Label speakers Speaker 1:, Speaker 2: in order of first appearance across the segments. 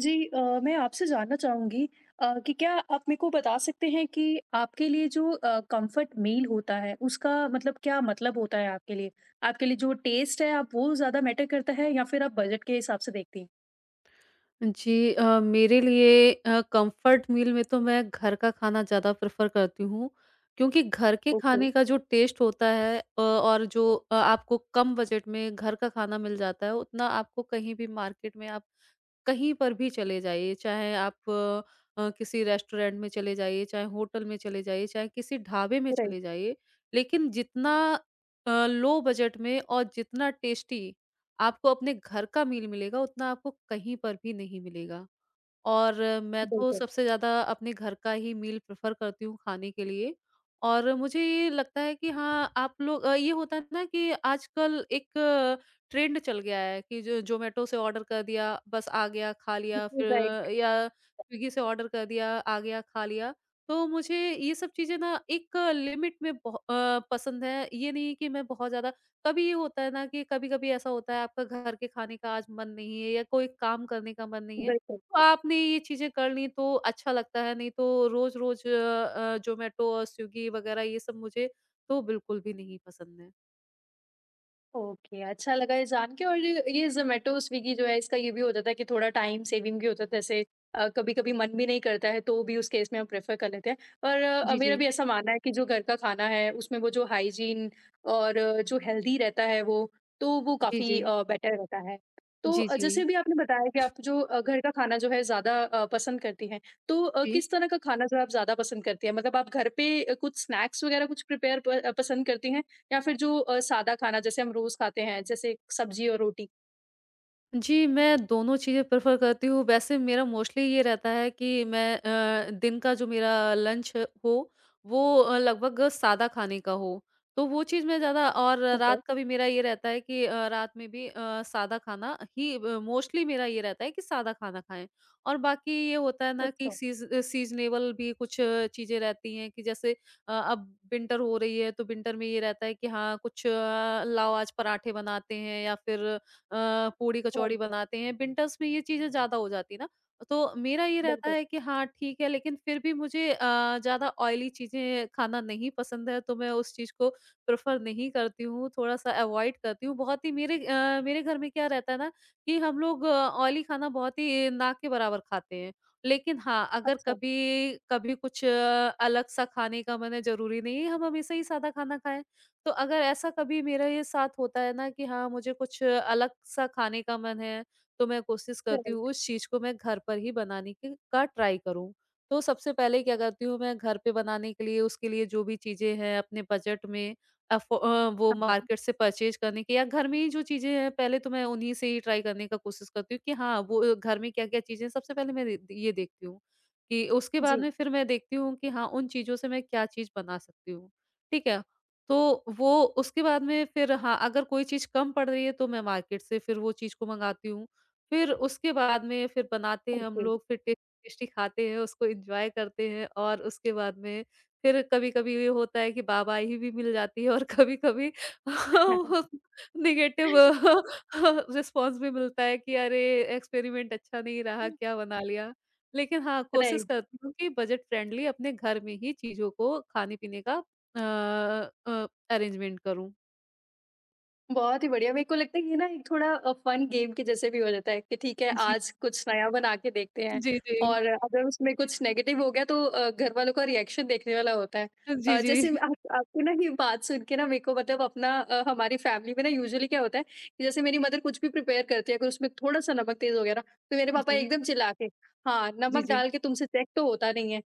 Speaker 1: जी मैं आपसे जानना चाहूँगी कि क्या आप मेरे को बता सकते हैं कि आपके लिए जो कंफर्ट मील होता है उसका मतलब क्या मतलब होता है आपके लिए? आपके लिए जो टेस्ट है आप वो ज़्यादा मैटर करता है या फिर आप बजट के हिसाब से देखती हैं?
Speaker 2: जी, मेरे लिए कंफर्ट मील में तो मैं घर का खाना ज़्यादा प्रेफ़र करती हूँ, क्योंकि घर के
Speaker 1: ओके।
Speaker 2: खाने का जो टेस्ट होता है और जो आपको कम बजट में घर का खाना मिल जाता है, उतना आपको कहीं भी मार्केट में आप कहीं पर भी चले जाइए, चाहे आप किसी रेस्टोरेंट में चले जाइए, चाहे होटल में चले जाइए, चाहे किसी ढाबे में
Speaker 1: राइट।
Speaker 2: चले जाइए, लेकिन जितना लो बजट में और जितना टेस्टी आपको अपने घर का मील मिलेगा, उतना आपको कहीं पर भी नहीं मिलेगा। और मैं तो
Speaker 1: बिल्कुल।
Speaker 2: सबसे ज़्यादा अपने घर का ही मील प्रेफ़र करती हूँ खाने के लिए। और मुझे ये लगता है कि हाँ, आप लोग ये होता है ना कि आजकल एक ट्रेंड चल गया है कि जो ज़ोमैटो से ऑर्डर कर दिया, बस आ गया, खा लिया,
Speaker 1: राइट।
Speaker 2: फिर या स्विगी से ऑर्डर कर दिया, आ गया, खा लिया। तो मुझे ये सब चीज़ें ना एक लिमिट में पसंद है, ये नहीं कि मैं बहुत ज़्यादा कभी ये होता है ना कि कभी-कभी ऐसा होता है आपका घर के खाने का आज मन नहीं है या कोई काम करने का मन नहीं है।
Speaker 1: बिल्कुल।
Speaker 2: तो आपने ये चीज़ें कर लीं तो अच्छा लगता है, नहीं तो रोज़-रोज़ ज़ोमैटो और स्विगी वग़ैरह ये सब मुझे तो बिल्कुल भी नहीं पसंद है।
Speaker 1: ओके, अच्छा लगा ये जान के। और ये ज़ोमैटो, स्विगी जो है इसका ये भी हो जाता है कि थोड़ा टाइम सेविंग भी होता है, जैसे कभी-कभी मन भी नहीं करता है तो भी उस केस में हम प्रेफ़र कर लेते हैं। और
Speaker 2: जी,
Speaker 1: मेरा
Speaker 2: जी।
Speaker 1: भी ऐसा मानना है कि जो घर का खाना है उसमें वो जो हाइजीन और जो हेल्दी रहता है वो, तो वो
Speaker 2: जी,
Speaker 1: काफ़ी
Speaker 2: जी।
Speaker 1: बेटर रहता है। तो
Speaker 2: जी, जी।
Speaker 1: जैसे अभी आपने बताया कि आप जो घर का खाना जो है ज़्यादा पसंद करती हैं, तो
Speaker 2: जी।
Speaker 1: किस तरह का खाना जो है आप ज़्यादा पसंद करती हैं? मतलब आप घर पे कुछ स्नैक्स वग़ैरह कुछ प्रिपेयर पसंद करती हैं? या फिर जो सादा खाना जैसे हम रोज़ खाते हैं, जैसे सब्ज़ी और रोटी।
Speaker 2: जी, मैं दोनों चीज़ें प्रेफ़र करती हूँ। वैसे मेरा मोस्टली ये रहता है कि मैं दिन का जो मेरा लंच हो, वो लगभग सादा खाने का हो। तो वो चीज़ मैं ज़्यादा और
Speaker 1: ठीक है।
Speaker 2: रात का भी मेरा ये रहता है कि रात में भी सादा खाना ही ब मोस्टली मेरा ये रहता है कि सादा खाना खाएँ। और बाकी ये होता है ना कि
Speaker 1: अच्छा।
Speaker 2: सीज़नेबल भी कुछ चीज़ें रहती हैं कि जैसे अब विंटर हो रही है, तो विंटर में ये रहता है कि हाँ, कुछ लाओ आज पराठे बनाते हैं या फिर पूड़ी कचौड़ी
Speaker 1: राइट।
Speaker 2: बनाते हैं। विंटर्स में ये चीज़ें ज़्यादा हो जाती है ना, तो मेरा ये रहता
Speaker 1: बिल्कुल।
Speaker 2: है कि हाँ, ठीक है लेकिन फिर भी मुझे ज़्यादा ऑयली चीज़ें खाना नहीं पसंद है, तो मैं उस चीज़ को प्रेफ़र नहीं करती हूँ, थोड़ा-सा अवॉइड करती हूँ। बहुत ही मेरे घर में क्या रहता है ना कि हम लोग ऑयली खाना बहुत ही नाक के बराबर खाते हैं। लेकिन हाँ, अगर
Speaker 1: अच्छा।
Speaker 2: कभी कभी कुछ अलग-सा खाने का मन है, ज़रूरी नहीं है हम हमेशा ही सादा खाना खाएँ। तो अगर ऐसा कभी मेरा ये साथ होता है ना कि हाँ, मुझे कुछ अलग सा खाने का मन है, तो मैं कोशिश करती हूँ
Speaker 1: राइट।
Speaker 2: उस चीज़ को मैं घर पर ही बनाने की का ट्राई करूँ। तो सबसे पहले क्या करती हूँ मैं घर पे बनाने के लिए उसके लिए जो भी चीज़ें हैं अपने बजट में वो
Speaker 1: हाँ, हाँ।
Speaker 2: मार्केट से परचेज़ करने की या घर में ही जो चीज़ें हैं पहले तो मैं उन्हीं से ही ट्राई करने का कोशिश करती हूँ कि हाँ, वो घर में क्या-क्या चीज़ें हैं सबसे पहले मैं रे ये देखती हूँ। कि उसके बाद
Speaker 1: जी।
Speaker 2: में फिर मैं देखती हूँ कि हाँ, उन चीज़ों से मैं क्या चीज़ बना सकती हूँ। ठीक है? तो वो उसके बाद में फिर हाँ, अगर कोई चीज़ कम पड़ रही है तो मैं मार्केट से फिर वो चीज़ को मँगाती हूँ। फिर उसके बाद में फिर बनाते हैं हम
Speaker 1: ओके।
Speaker 2: लोग, फिर टे टेस्टी खाते हैं, उसको एन्जॉय करते हैं और उसके बाद में फिर कभी-कभी ये होता है कि वाहवाही भी मिल जाती है और कभी-कभी नेगेटिव रिस्पॉन्स भी मिलता है कि अरे! एक्सपेरिमेंट अच्छा नहीं रहा, क्या बना लिया? लेकिन हाँ, कोशिश
Speaker 1: राइट।
Speaker 2: करती हूँ कि बजट फ्रेंडली अपने घर में ही चीज़ों को खाने-पीने का अ अ, अरेंजमेंट करूँ।
Speaker 1: बहुत ही बढ़िया। मेरे को लगता है ये ना एक थोड़ा फन गेम के जैसे भी हो जाता है कि ठीक है
Speaker 2: जी।
Speaker 1: आज कुछ नया बना के देखते हैं,
Speaker 2: जी, जी।
Speaker 1: और अगर उसमें कुछ नेगेटिव हो गया तो घर वालों का रिएक्शन देखने वाला होता है।
Speaker 2: जी, जी।
Speaker 1: जैसे आप आपकी ना ये बात सुन के ना मेरे को मतलब अपना हमारी फैमिली में ना यूजुअली क्या होता है कि जैसे मेरी मदर कुछ भी प्रिपेयर करती है, अगर उसमें थोड़ा-सा नमक तेज़ हो गया ना तो मेरे पापा
Speaker 2: जी,
Speaker 1: एकदम चिल्ला के, हाँ,
Speaker 2: जी,
Speaker 1: नमक
Speaker 2: जी,
Speaker 1: डाल के तुमसे चेक तो होता नहीं है।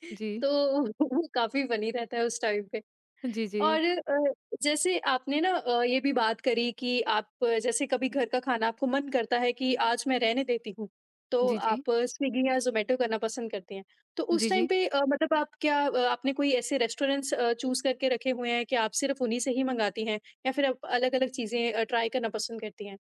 Speaker 2: जी,
Speaker 1: तो वो काफ़ी फनी रहता है उस टाइम पे।
Speaker 2: जी, जी,
Speaker 1: और
Speaker 2: जी,
Speaker 1: अ, जैसे आपने ना ये भी बात करी कि आप जैसे कभी घर का खाना आपको मन करता है कि आज मैं रहने देती हूँ,
Speaker 2: जी,
Speaker 1: तो
Speaker 2: जी, जी।
Speaker 1: आप स्विगी या ज़ोमैटो करना पसंद करती हैं। तो उस
Speaker 2: जी,
Speaker 1: टाइम
Speaker 2: जी,
Speaker 1: पे मतलब आप क्या आपने कोई ऐसे रेस्टोरेंट्स चूज़ करके रखे हुए हैं कि आप सिर्फ़ उन्हीं से ही मंगाती हैं, या फिर आप अलग-अलग चीज़ें ट्राई करना पसंद करती हैं?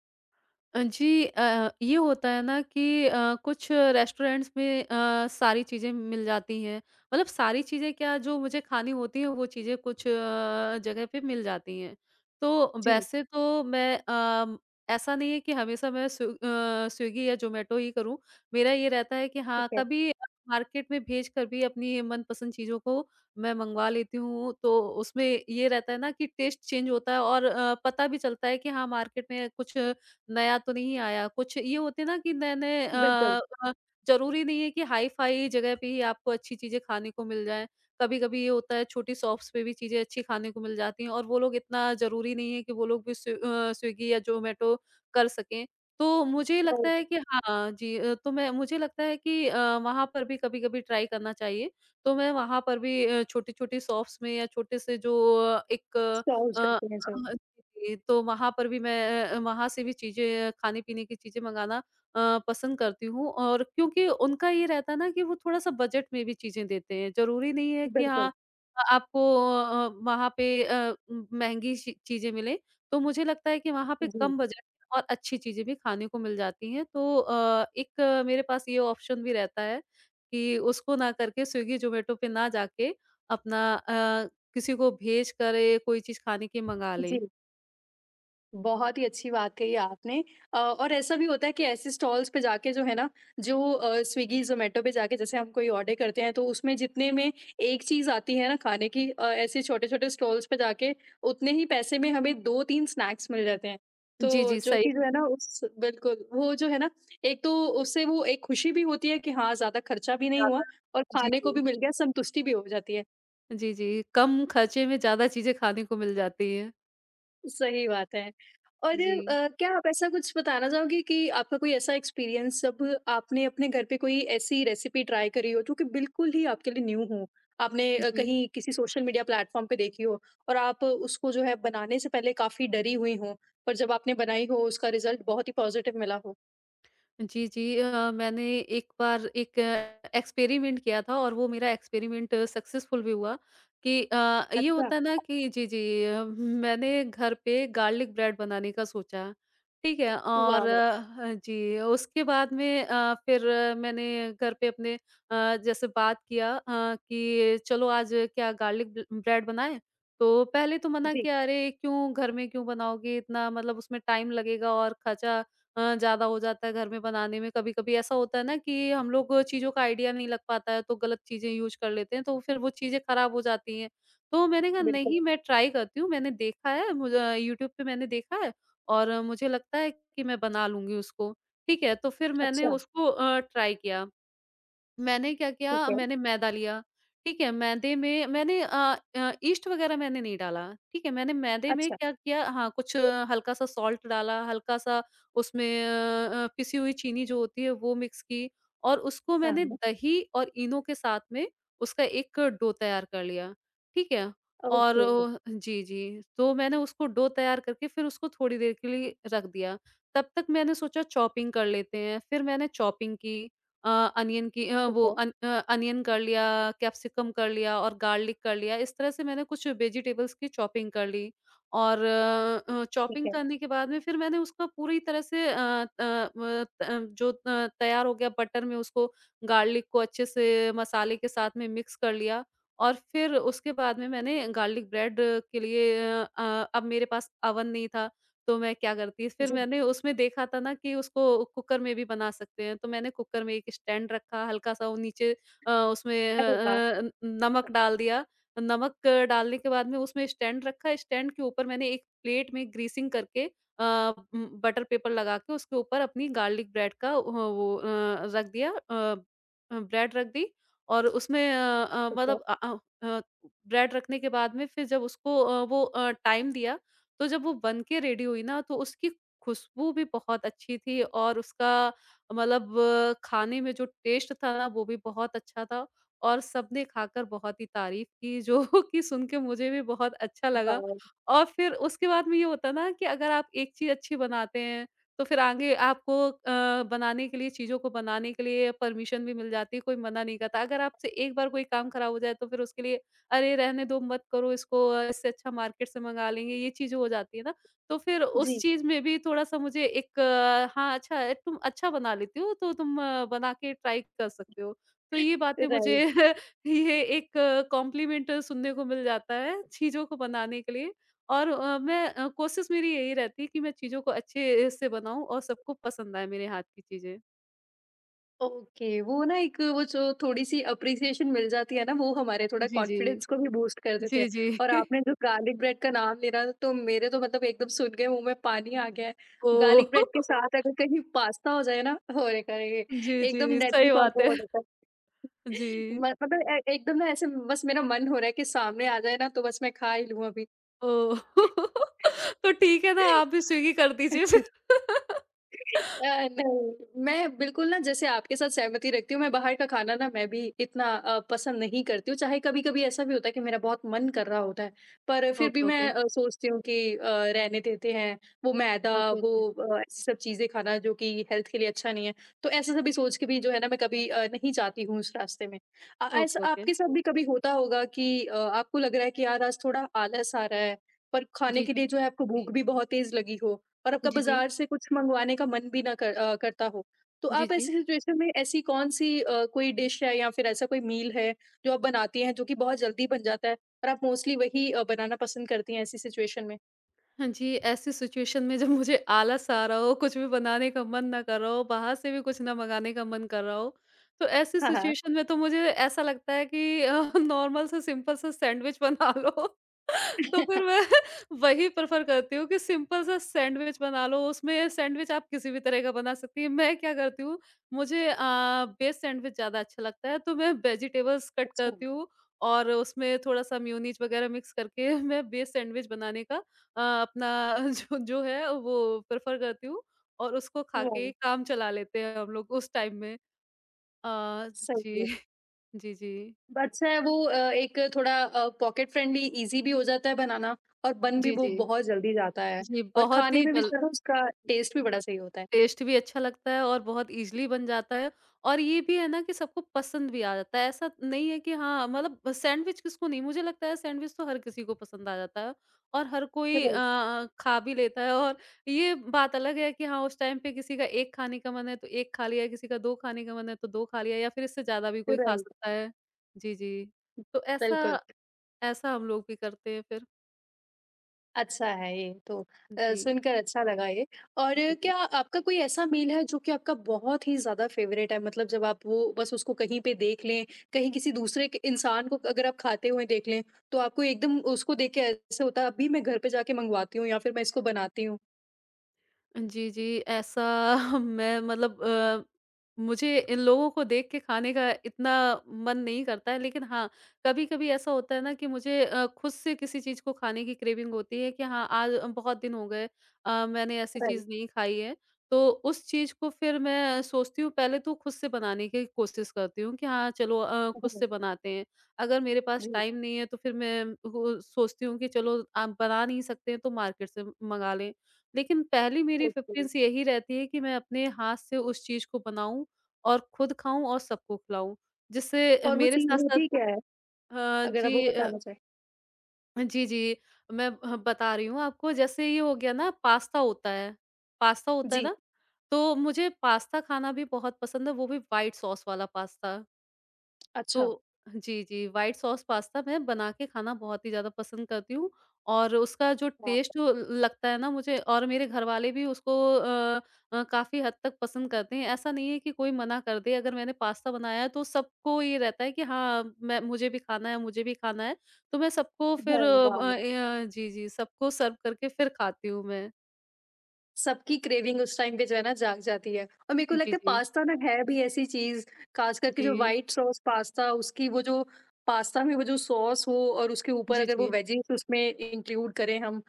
Speaker 2: जी, ये होता है ना कि कुछ रेस्टोरेंट्स में सारी चीज़ें मिल जाती हैं। मतलब सारी चीज़ें क्या जो मुझे खानी होती हैं वो चीज़ें कुछ जगह पे मिल जाती हैं। तो
Speaker 1: जी।
Speaker 2: वैसे तो मैं ऐसा नहीं है कि हमेशा मैं स्विगी या ज़ोमैटो ही करूँ। मेरा ये रहता है कि
Speaker 1: ठीक
Speaker 2: हाँ,
Speaker 1: है।
Speaker 2: कभी मार्केट में भेजकर भी अपनी मनपसंद चीज़ों को मैं मँगवा लेती हूँ। तो उसमें ये रहता है ना कि टेस्ट चेंज होता है और पता भी चलता है कि हाँ, मार्केट में कुछ नया तो नहीं आया, कुछ ये होते हैं ना कि नए-नए
Speaker 1: बिल्कुल।
Speaker 2: ज़रूरी नहीं है कि हाई-फाई जगह पे ही आपको अच्छी चीज़ें खाने को मिल जाएँ। कभी-कभी ये होता है छोटी शॉप्स पे भी चीज़ें अच्छी खाने को मिल जाती हैं और वो लोग इतना ज़रूरी नहीं है कि वो लोग भी स्विगी या ज़ोमैटो कर सकें। तो मुझे लगता
Speaker 1: राइट।
Speaker 2: है कि हाँ जी, तो मैं मुझे लगता है कि वहाँ पर भी कभी-कभी ट्राई करना चाहिए। तो मैं वहाँ पर भी छोटी-छोटी शॉप्स में या छोटे से जो एक अ
Speaker 1: सॉस
Speaker 2: एक
Speaker 1: रहते हैं जो।
Speaker 2: जी, जी। तो वहाँ पर भी मैं वहाँ से भी चीज़ें खाने-पीने की चीज़ें मँगाना पसंद करती हूँ और क्योंकि उनका ये रहता है ना कि वो थोड़ा-सा बजट में भी चीज़ें देते हैं। ज़रूरी नहीं है कि
Speaker 1: बिल्कुल।
Speaker 2: हाँ, आपको वहाँ पे म महँगी ची चीज़ें मिलें। तो मुझे लगता है कि वहाँ पे
Speaker 1: जी,
Speaker 2: कम बजट और अच्छी चीज़ें भी खाने को मिल जाती हैं। तो मेरे पास ये ऑप्शन भी रहता है कि उसको ना करके स्विगी, ज़ोमैटो पे ना जाके अपना किसी को भेज कर ये कोई चीज़ खाने की मँगा लें।
Speaker 1: जी। बहुत ही अच्छी बात कही आपने। अ, और ऐसा भी होता है कि ऐसे स्टॉल्स पे जाके जो है ना, जो स्विगी ज़ोमैटो पे जाके जैसे हम कोई ऑर्डर करते हैं, तो उसमें जितने में एक चीज़ आती है ना खाने की, ऐसे छोटे-छोटे स्टॉल्स पे जाके उतने ही पैसे में हमें 2-3 स्नैक्स मिल जाते हैं।
Speaker 2: जी,
Speaker 1: तो
Speaker 2: जी,
Speaker 1: जो
Speaker 2: सही।
Speaker 1: कि जो है ना उस बिल्कुल, वो जो है ना, एक तो उससे वो एक खुशी भी होती है कि हाँ, ज़्यादा खर्चा भी नहीं हुआ
Speaker 2: ज़्यादा।
Speaker 1: और
Speaker 2: जी,
Speaker 1: खाने को भी
Speaker 2: जी।
Speaker 1: मिल गया, संतुष्टि भी हो जाती है।
Speaker 2: जी, जी, कम खर्चे में ज़्यादा चीज़ें खाने को मिल जाती हैं।
Speaker 1: सही बात है। और
Speaker 2: जी,
Speaker 1: क्या आप ऐसा कुछ बताना चाहोगे कि आपका कोई ऐसा एक्सपीरियंस जब आपने अपने घर पे कोई ऐसी रेसिपी ट्राई करी हो जो कि बिल्कुल ही आपके लिए न्यू हो? आपने
Speaker 2: जी।
Speaker 1: कहीं किसी सोशल मीडिया प्लेटफ़ॉर्म पे देखी हो और आप उसको जो है बनाने से पहले काफ़ी डरी हुई हो, पर जब आपने बनाई हो उसका रिज़ल्ट बहुत ही पॉज़िटिव मिला हो?
Speaker 2: जी, जी। मैंने एक बार एक एक्सपेरिमेंट किया था और वो मेरा एक्सपेरिमेंट सक्सेसफुल भी हुआ कि ये
Speaker 1: अच्छा।
Speaker 2: होता है ना कि जी, मैंने घर पे गार्लिक ब्रेड बनाने का सोचा, ठीक है? और
Speaker 1: वाओ!
Speaker 2: जी, उसके बाद में फिर मैंने घर पे अपने जैसे बात किया कि चलो आज क्या गार्लिक ब ब्रेड बनाएँ? तो पहले तो मना
Speaker 1: जी।
Speaker 2: किया, "अरे! क्यों घर में क्यों बनाओगे इतना मतलब उसमें टाइम लगेगा और खर्चा ज़्यादा हो जाता है घर में बनाने में। कभी-कभी ऐसा होता है ना कि हम लोग चीज़ों का आइडिया नहीं लग पाता है, तो गलत चीज़ें यूज़ कर लेते हैं, तो फिर वो चीज़ें खराब हो जाती हैं। तो मैंने कहा
Speaker 1: बिल्कुल।
Speaker 2: नहीं मैं ट्राई करती हूँ, मैंने देखा है मुझे यूट्यूब पे मैंने देखा है और मुझे लगता है कि मैं बना लूँगी उसको। ठीक है, तो फिर मैंने
Speaker 1: अच्छा।
Speaker 2: उसको ट्राई किया। मैंने क्या
Speaker 1: ठीक
Speaker 2: किया,
Speaker 1: है।
Speaker 2: मैंने मैदा लिया, ठीक है? मैदे में मैंने यीस्ट वगैरह मैंने नहीं डाला, ठीक है? मैंने मैदे में
Speaker 1: अच्छा।
Speaker 2: क्या किया हाँ, कुछ हल्का-सा सॉल्ट डाला, हल्का-सा उसमें पिसी हुई चीनी जो होती है वो मिक्स की और उसको
Speaker 1: हाँ,
Speaker 2: मैंने
Speaker 1: हाँ।
Speaker 2: दही और इनो के साथ में उसका एक डो तैयार कर लिया, ठीक है? और
Speaker 1: ओके।
Speaker 2: जी, जी। तो मैंने उसको डो तैयार करके फिर उसको थोड़ी देर के लिए रख दिया। तब तक मैंने सोचा चॉपिंग कर लेते हैं, फिर मैंने चॉपिंग की। अ, अनियन की
Speaker 1: ठीक
Speaker 2: वो
Speaker 1: है,
Speaker 2: अनियन कर लिया, कैप्सिकम कर लिया और गार्लिक कर लिया। इस तरह से मैंने कुछ वेजिटेबल्स की चॉपिंग कर ली और
Speaker 1: ठीक
Speaker 2: चॉपिंग
Speaker 1: है।
Speaker 2: करने के बाद में फिर मैंने उसका पूरी तरह से जो तैयार हो गया बटर में उसको गार्लिक को अच्छे से मसाले के साथ में मिक्स कर लिया और फिर उसके बाद में मैंने गार्लिक ब्रेड के लिए अब मेरे पास अवन नहीं था। तो मैं क्या करती फिर
Speaker 1: जी।
Speaker 2: मैंने उसमें देखा था ना कि उसको कुकर में भी बना सकते हैं, तो मैंने कुकर में एक स्टैंड रखा, हल्का-सा वो नीचे उसमें
Speaker 1: अरे वाह!
Speaker 2: न नमक डाल दिया। नमक डालने के बाद में उसमें स्टैंड रखा, स्टैंड के ऊपर मैंने एक प्लेट में ग्रीसिंग करके अ, बटर पेपर लगा के उसके ऊपर अपनी गार्लिक ब्रेड का वो रख दिया अ अ, ब्रेड रख दी और उसमें
Speaker 1: ठीक है।
Speaker 2: मतलब अ, ब्रेड रखने के बाद में फिर जब उसको वो टाइम दिया तो जब वो बन के रेडी हुई ना तो उसकी खुशबू भी बहुत अच्छी थी और उसका मतलब खाने में जो टेस्ट था ना वो भी बहुत अच्छा था और सबने खाकर बहुत ही तारीफ की जो कि सुन के मुझे भी बहुत अच्छा लगा
Speaker 1: वाओ!
Speaker 2: और फिर उसके बाद में ये होता ना कि अगर आप एक चीज़ अच्छी बनाते हैं तो फिर आगे आपको बनाने के लिए चीज़ों को बनाने के लिए परमिशन भी मिल जाती है कोई मना नहीं करता अगर आपसे एक बार कोई काम खराब हो जाए तो फिर उसके लिए अरे रहने दो, मत करो इसको इससे अच्छा मार्केट से मँगा लेंगे, ये चीज़ हो जाती है ना। तो फिर उस
Speaker 1: जी।
Speaker 2: चीज़ में भी थोड़ा-सा मुझे एक हाँ, अच्छा है, तुम अच्छा बना लेती हो तो तुम बना के ट्राई कर सकते हो। तो ये बातें मुझे
Speaker 1: राइट।
Speaker 2: ये एक कॉम्प्लीमेंट सुनने को मिल जाता है चीज़ों को बनाने के लिए और मैं कोशिश मेरी यही रहती है कि मैं चीज़ों को अच्छे से बनाऊँ और सबको पसंद आए मेरे हाथ की चीज़ें।
Speaker 1: ओके, वो ना एक वो जो थोड़ी-सी एप्रिसिएशन मिल जाती है ना, वो हमारे थोड़ा
Speaker 2: जी, जी।
Speaker 1: कॉन्फिडेंस को भी बूस्ट कर देते हैं।
Speaker 2: जी, जी।
Speaker 1: और आपने जो गार्लिक ब्रेड का नाम ले रहा था, तो मेरे तो मतलब एकदम सुन के मुँह में पानी आ गया है। गार्लिक
Speaker 2: ओह!
Speaker 1: ब्रेड के साथ अगर कहीं पास्ता हो जाए ना, अरे! अरे!
Speaker 2: जी, जी,
Speaker 1: एकदम डेडली
Speaker 2: सही बात
Speaker 1: कॉम्बो हो
Speaker 2: है।
Speaker 1: जाता है।
Speaker 2: जी।
Speaker 1: म मतलब ए एकदम ना ऐसे बस मेरा मन हो रहा है कि सामने आ जाए ना, तो बस मैं खा ही लूँ अभी।
Speaker 2: ओह! तो ठीक है ना, आप भी स्विगी कर दीजिए फिर।
Speaker 1: नहीं, मैं बिल्कुल ना जैसे आपके साथ सहमति रखती हूँ, मैं बाहर का खाना ना मैं भी इतना पसंद नहीं करती हूँ, चाहे कभी-कभी ऐसा भी होता है कि मेरा बहुत मन कर रहा होता है, पर फिर भी
Speaker 2: ओके,
Speaker 1: मैं
Speaker 2: ओके।
Speaker 1: सोचती हूँ कि रहने देते हैं, वो मैदा,
Speaker 2: ओके,
Speaker 1: वो
Speaker 2: ओके।
Speaker 1: ऐसी सब चीज़ें खाना जो कि हेल्थ के लिए अच्छा नहीं है। तो ऐसा सभी सोच के भी जो है ना मैं कभी नहीं जाती हूँ उस रास्ते में। ऐसा
Speaker 2: ओके, ओके।
Speaker 1: आपके साथ भी कभी होता होगा कि आपको लग रहा है कि यार आज थोड़ा आलस आ रहा है, पर खाने
Speaker 2: जी,
Speaker 1: के लिए
Speaker 2: जी।
Speaker 1: जो है आपको भूख भी बहुत तेज़ लगी हो और आपका
Speaker 2: जी, जी।
Speaker 1: बाज़ार से कुछ मँगवाने का मन भी ना करता हो। तो
Speaker 2: जी,
Speaker 1: आप
Speaker 2: जी।
Speaker 1: ऐसी सिचुएशन में ऐसी कौन-सी कोई डिश है या फिर ऐसा कोई मील है जो आप बनाती हैं जो कि बहुत जल्दी बन जाता है, और आप मोस्टली वही बनाना पसंद करती हैं ऐसी सिचुएशन में?
Speaker 2: हाँ जी, ऐसी सिचुएशन में जब मुझे आलस आ रहा हो, कुछ भी बनाने का मन ना कर रहा हो, बाहर से भी कुछ ना मँगाने का मन कर रहा हो, तो ऐसी
Speaker 1: हाँ, हाँ।
Speaker 2: सिचुएशन में तो मुझे ऐसा लगता है कि नॉर्मल सा सिंपल सा सैंडविच बना लो। तो फिर मैं वही प्रेफ़र करती हूँ कि सिंपल सा सैंडविच बना लो, उसमें सैंडविच आप किसी भी तरह का बना सकती हैं। मैं क्या करती हूँ, मुझे वेज सैंडविच ज़्यादा अच्छा लगता है, तो मैं वेजिटेबल्स कट
Speaker 1: अच्छा।
Speaker 2: करती हूँ और उसमें थोड़ा-सा मेयोनीज़ वग़ैरह मिक्स करके मैं वेज सैंडविच बनाने का अपना जो जो है वो प्रेफ़र करती हूँ और उसको खा के ही
Speaker 1: वाह!
Speaker 2: काम चला लेते हैं हम लोग उस टाइम में। अ,
Speaker 1: सही
Speaker 2: जी,
Speaker 1: है।
Speaker 2: जी, जी।
Speaker 1: अच्छा है वो एक थोड़ा पॉकेट फ्रेंडली ईज़ी भी हो जाता है बनाना, और बन भी
Speaker 2: जी,
Speaker 1: वो
Speaker 2: जी।
Speaker 1: बहुत जल्दी जाता है
Speaker 2: जी,
Speaker 1: और
Speaker 2: बहुत
Speaker 1: खाने
Speaker 2: ही
Speaker 1: में भी
Speaker 2: जल
Speaker 1: ज़रा उसका टेस्ट भी बड़ा सही होता है।
Speaker 2: टेस्ट भी अच्छा लगता है और बहुत ईज़िली बन जाता है और ये भी है ना कि सबको पसंद भी आ जाता है। ऐसा नहीं है कि हाँ, मतलब सैंडविच किसको नहीं मुझे लगता है सैंडविच तो हर किसी को पसंद आ जाता है और हर कोई
Speaker 1: राइट,
Speaker 2: खा भी लेता है और ये बात अलग है कि हाँ, उस टाइम पे किसी का 1 खाने का मन है तो 1 खा लिया, किसी का 2 खाने का मन है तो 2 खा लिया या फिर इससे ज़्यादा भी कोई खा
Speaker 1: राइट।
Speaker 2: सकता है। जी, जी। तो
Speaker 1: बिल्कुल।
Speaker 2: ऐसा ऐसा हम लोग भी करते हैं फिर।
Speaker 1: अच्छा है ये तो।
Speaker 2: जी।
Speaker 1: सुनकर अच्छा लगा ये। और
Speaker 2: जी, जी।
Speaker 1: क्या आपका कोई ऐसा मील है जो कि आपका बहुत ही ज़्यादा फेवरेट है, मतलब जब आप वो बस उसको कहीं पे देख लें, कहीं किसी दूसरे इंसान को अगर आप खाते हुए देख लें, तो आपको एकदम उसको देख के ऐसे होता है अभी मैं घर पे जाके मंगवाती हूँ या फिर मैं इसको बनाती हूँ।
Speaker 2: जी, जी, ऐसा मैं मतलब मुझे इन लोगों को देख के खाने का इतना मन नहीं करता है, लेकिन हाँ, कभी-कभी ऐसा होता है ना कि मुझे खुद से किसी चीज़ को खाने की क्रेविंग होती है कि हाँ, आज बहुत दिन हो गए मैंने ऐसी
Speaker 1: राइट।
Speaker 2: चीज़ नहीं खाई है। तो उस चीज़ को फिर मैं सोचती हूँ पहले तो खुद से बनाने की कोशिश करती हूँ कि हाँ, चलो खुद
Speaker 1: हम्म।
Speaker 2: से बनाते हैं। अगर मेरे पास
Speaker 1: जी।
Speaker 2: टाइम नहीं है तो फिर मैं वो सोचती हूँ कि चलो आप बना नहीं सकते हैं तो मार्केट से मँगा लें। लेकिन पहली मेरी
Speaker 1: ओके।
Speaker 2: प्रेफ़रेंस यही रहती है कि मैं अपने हाथ से उस चीज़ को बनाऊँ और खुद खाऊँ और सबको खिलाऊँ। जिससे
Speaker 1: और वो
Speaker 2: मेरे
Speaker 1: चीज़
Speaker 2: साथ-साथ
Speaker 1: होती क्या है,
Speaker 2: अ,
Speaker 1: अगर आप वो
Speaker 2: जी अ,
Speaker 1: बताना चाहें।
Speaker 2: जी, जी, मैं ह बता रही हूँ आपको जैसे ये हो गया ना पास्ता होता है
Speaker 1: जी।
Speaker 2: ना, तो मुझे पास्ता खाना भी बहुत पसंद है, वो भी व्हाइट सॉस वाला पास्ता।
Speaker 1: अच्छा।
Speaker 2: तो जी, जी, व्हाइट सॉस पास्ता मैं बना के खाना बहुत ही ज़्यादा पसंद करती हूँ और उसका जो
Speaker 1: वाह।
Speaker 2: टेस्ट ल लगता है ना मुझे और मेरे घरवाले भी उसको अ काफ़ी हद तक पसंद करते हैं। ऐसा नहीं है कि कोई मना कर दे अगर मैंने पास्ता बनाया है तो सबको ये रहता है कि हाँ, मैं मुझे भी खाना है मुझे भी खाना है। तो मैं सबको फिर
Speaker 1: हाँ, वाह।
Speaker 2: अ, य जी, जी, सबको सर्व करके फिर खाती हूँ मैं।
Speaker 1: सबकी क्रेविंग उस टाइम पे जो है ना जाग जाती है। और मेरे को
Speaker 2: जी,
Speaker 1: लगता है
Speaker 2: जी।
Speaker 1: पास्ता ना है भी ऐसी चीज़, ख़ास करके जो
Speaker 2: जी।
Speaker 1: व्हाइट सॉस पास्ता, उसकी वो जो पास्ता में वो जो सॉस हो और उसके ऊपर
Speaker 2: जी,
Speaker 1: अगर वो
Speaker 2: जी।
Speaker 1: वेजीज़ उसमें इंक्लूड करें हम,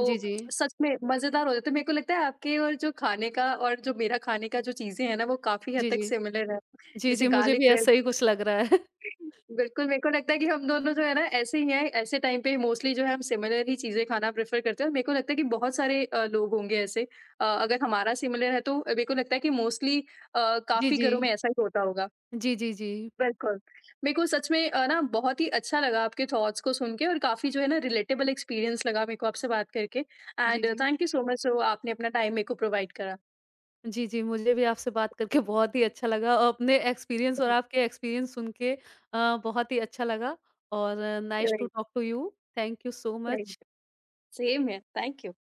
Speaker 2: जी, जी।
Speaker 1: सच में मज़ेदार हो जाता है। मेरे को लगता है आपके और जो खाने का और जो मेरा खाने का जो चीज़ें हैं ना, वो काफ़ी हद
Speaker 2: जी,
Speaker 1: तक
Speaker 2: जी।
Speaker 1: सिमिलर है।
Speaker 2: जी,
Speaker 1: जैसे
Speaker 2: जी, मुझे
Speaker 1: गार्लिक
Speaker 2: भी ऐसा
Speaker 1: ब्रेड।
Speaker 2: ही कुछ लग रहा है।
Speaker 1: बिल्कुल, मेरे को लगता है कि हम दोनों जो है ना ऐसे ही हैं, ऐसे टाइम पे मोस्टली जो है हम सिमिलर ही चीज़ें खाना प्रेफ़र करते हैं और मेरे को लगता है कि बहुत सारे लोग होंगे ऐसे। अगर हमारा सिमिलर है तो मेरे को लगता है कि मोस्टली
Speaker 2: जी,
Speaker 1: काफ़ी
Speaker 2: जी।
Speaker 1: घरों में ऐसा ही होता होगा।
Speaker 2: जी, जी, जी।
Speaker 1: बिल्कुल। मेरे को सच में ना बहुत ही अच्छा लगा आपके थॉट्स को सुन के और काफ़ी जो है ना रिलेटेबल एक्सपीरियंस लगा मेरे को आपसे बात करके।
Speaker 2: जी,
Speaker 1: एंड
Speaker 2: जी।
Speaker 1: थैंक यू सो मच जो आपने अपना टाइम मेरे को प्रोवाइड करा।
Speaker 2: जी, जी, मुझे भी आपसे बात करके बहुत ही अच्छा लगा और अपने एक्सपीरियंस और आपके एक्सपीरियंस सुन के बहुत ही अच्छा लगा और nice to
Speaker 1: right,
Speaker 2: talk to you. Thank you so much.
Speaker 1: Right. Same है, थैंक यू।